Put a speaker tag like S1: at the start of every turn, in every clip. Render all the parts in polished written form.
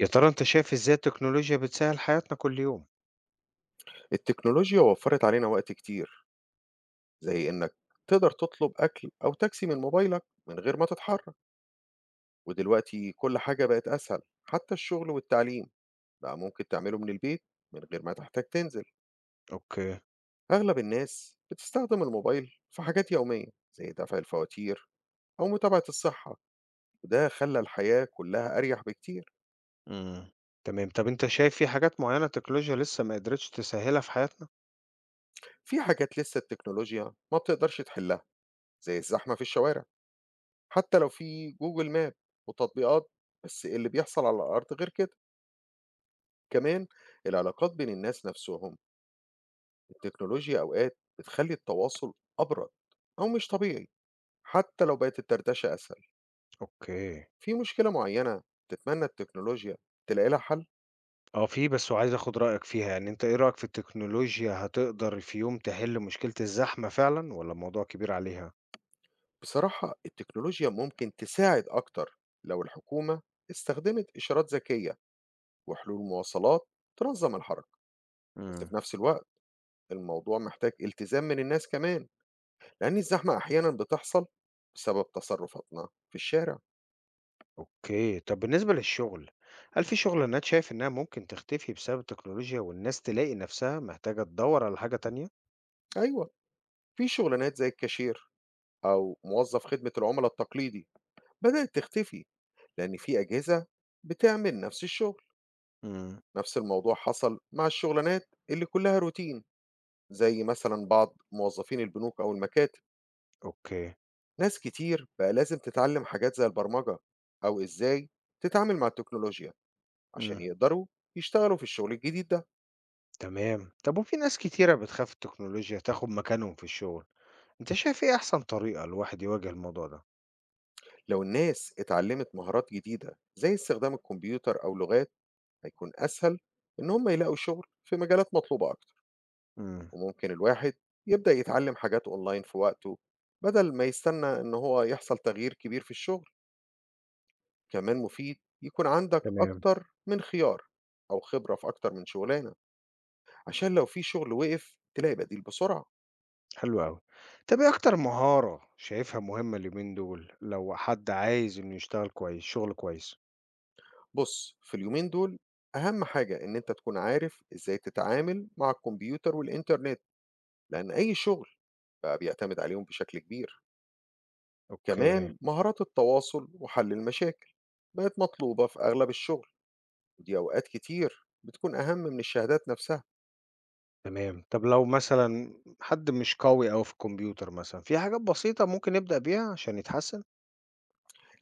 S1: يا ترى أنت شايف إزاي التكنولوجيا بتسهّل حياتنا كل يوم؟
S2: التكنولوجيا وفّرت علينا وقت كتير، زي إنّك تقدر تطلب أكل أو تاكسي من موبايلك من غير ما تتحرّك، ودلوقتي كل حاجة بقت أسهل، حتى الشغل والتعليم بقى ممكن تعمله من البيت من غير ما تحتاج تنزل.
S1: أوكي،
S2: أغلب الناس بتستخدم الموبايل في حاجات يومية زي دفع الفواتير أو متابعة الصحّة، وده خلّى الحياة كلّها أريح بكتير.
S1: إمم، تمام. طَب أنت شايف في حاجات معيّنة التكنولوجيا لسه ما قدرتش تسهّلها في حياتنا؟
S2: في حاجات لسّه التكنولوجيا ما بتقدرش تحلّها، زي الزحمة في الشوارع. حتى لو في Google Map وتطبيقات، بس اللي بيحصل على الأرض غير كده. كمان العلاقات بين الناس نفسهم، التكنولوجيا أوقات بتخلّي التواصل أبرد أو مش طبيعي، حتى لو بقت الدردشة أسهل.
S1: أوكي.
S2: في مشكلة معيّنة تتمنى التكنولوجيا تلاقي لها حل؟
S1: آه، في بس وعايز آخُد رأيك فيها، يعني أنت إيه رأيك في التكنولوجيا هتقدر في يوم تحِل مشكلة الزحمة فعلًا والّا الموضوع كبير عليها؟
S2: بصراحة التكنولوجيا ممكن تساعد أكتر لو الحكومة استخدمت إشارات ذكية وحلول مواصلات تنظّم الحركة، بس
S1: إمم.
S2: في نفس الوقت الموضوع محتاج التزام من الناس كمان. لأن الزحمة أحيانًا بتحصل بسبب تصرفاتنا في الشارع.
S1: أوكي. طَب بالنسبة للشُغل، هل في شُغلانات شايف إنّها ممكن تختفي بسبب التكنولوجيا والناس تلاقي نَفْسها محتاجة تدوّر على حاجة تانية؟
S2: أيوه، في شغلانات زي الكاشير أو موظف خدمة العملا التقليدي بدأت تختفي، لأن في أجهزة بتعمل نفس الشغل.
S1: إمم.
S2: نفس الموضوع حصل مع الشغلانات اللي كلها روتين، زي مثلًا بعض موظفين البنوك أو المكاتب.
S1: أوكي.
S2: ناس كتير بقى لازم تتعلم حاجات زي البرمجة أو إزاي تتعامل مع التكنولوجيا عشان
S1: إمم.
S2: يقدروا يشتغلوا في الشغل الجديد ده.
S1: تمام. طب وفي ناس كتيرة بتخاف التكنولوجيا تاخد مكانهم في الشغل، انت شايف ايه احسن طريقة الواحد يواجه الموضوع ده؟
S2: لو الناس اتعلمت مهارات جديدة زي استخدام الكمبيوتر أو لغات، هيكون أسهل إن هم يلاقوا شغل في مجالات مطلوبة أكتر.
S1: امم
S2: وممكن الواحد يبدأ يتعلم حاجات أونلاين في وقته، بدل ما يستنى إن هو يحصل تغيير كبير في الشغل. كمان مفيد يكون عندك
S1: تمام،
S2: أكتر من خيار أو خبرة في أكتر من شغلانة، عشان لو في شغل وقف تلاقي بديل بسرعة.
S1: حلو قوي. طب ايه اكتر مهارة شايفها مهمة اليومين دول لو حد عايز انه يشتغل كويس، شغل كويس؟
S2: بص، في اليومين دول أهم حاجة إن أنت تكون عارف إزاي تتعامل مع الكمبيوتر والإنترنت، لأن أي شغل بقى بيعتمد عليهم بشكل كبير.
S1: اوكي.
S2: كمان مهارات التواصل وحل المشاكل بقت مطلوبة في أغلب الشغل، ودي أوقات كتير بتكون أهم من الشهادات نفسها.
S1: تمام، طب لو مثلا حد مش قوي أوي في الكمبيوتر، مثلا في حاجات بسيطة ممكن يبدأ بيها عشان يتحسن؟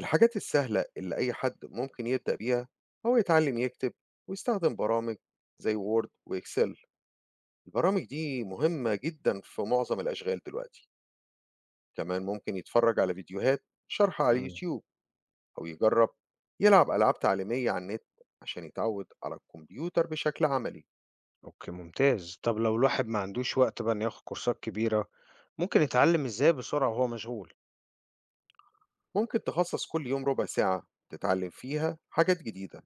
S2: الحاجات السهلة اللي أي حد ممكن يبدأ بيها، هو يتعلم يكتب ويستخدم برامج زي وورد وإكسل. البرامج دي مهمة جدا في معظم الأشغال دلوقتي. كمان ممكن يتفرج على فيديوهات شرح على
S1: امم
S2: اليوتيوب، أو يجرب يلعب ألعاب تعليمية على النت عشان يتعود على الكمبيوتر بشكل عملي.
S1: اوكي، ممتاز. طب لو الواحد ما عندوش وقت بقى انه ياخد كورسات كبيرة، ممكن يتعلم ازاي بسرعة وهو مشغول؟
S2: ممكن تخصص كل يوم ربع ساعة تتعلم فيها حاجات جديدة،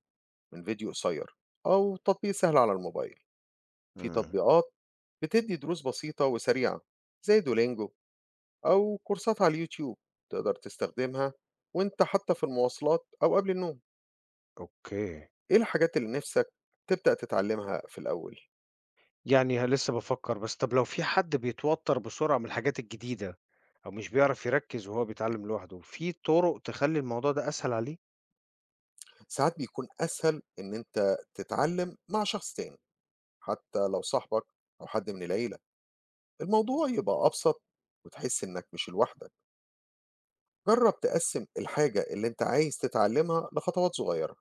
S2: من فيديو قصير أو تطبيق سهل على الموبايل. في
S1: امم
S2: تطبيقات بتدي دروس بسيطة وسريعة زي دولينجو، أو كورسات على اليوتيوب تقدر تستخدمها وانت حتى في المواصلات أو قبل النوم.
S1: أوكي.
S2: إيه الحاجات اللي نفسك تبدأ تتعلمها في الأول؟
S1: يعني لسه بافكّر، بس طَب لو في حد بيتوتّر بسرعة من الحاجات الجديدة أو مش بيعرف يركّز وهو بيتعلّم لوحده، في طُرق تخلّي الموضوع ده أسهل عليه؟
S2: ساعات بيكون أسهل إن انت تتعلم مع شخص تاني، حتى لو صاحبك أو حد من العيلة، الموضوع يبقى أبسط وتحس إنك مش لوحدك. جرب تقسم الحاجة اللي أنت عايز تتعلمها لخطوات صغيرة،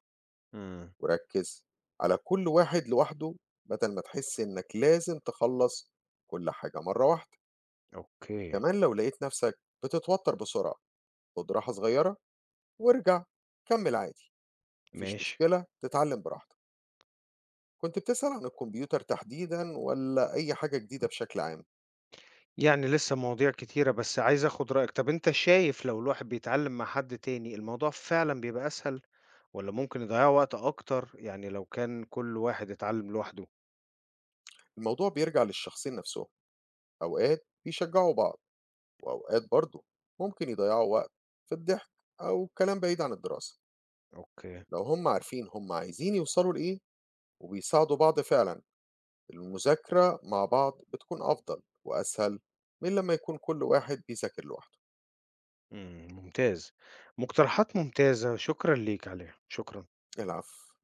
S1: إمم.
S2: وركز على كل واحد لوحده، بدل ما تحس إنك لازم تخلص كل حاجة مرة واحدة.
S1: أوكي،
S2: كمان لو لقيت نفسك بتتوتر بسرعة، خد راحة صغيرة وارجع كمل عادي، مفيش
S1: ماشي.
S2: مشكلة تتعلم براحتك. كنت بتسأل عن الكمبيوتر تحديدا ولا أي حاجة جديدة بشكل عام؟
S1: يعني لسه مواضيع كتيرة، بس عايز آخُد رأيك، طَب أنت شايف لو الواحد بيتعلّم مع حد تاني، الموضوع فعلًا بيبقى أسهل والّا ممكن يضيّعوا وقت أكتر يعني لو كان كل واحد اتعلّم لوحده؟
S2: الموضوع بيرجع للشخصين نفسهم. أوقات بيشجعوا بعض، وأوقات برضه ممكن يضيعوا وقت في الضحك أو كلام بعيد عن الدراسة.
S1: أوكي،
S2: لو هم عارفين هم عايزين يوصلوا لإيه وبيساعدوا بعض فعلا، المذاكرة مع بعض بتكون أفضل وأسهل من لما يكون كل واحد بيذاكر لوحده.
S1: ممتاز. مقترحات ممتازة، شكرًا ليك عليها، شكرًا.
S2: العفو.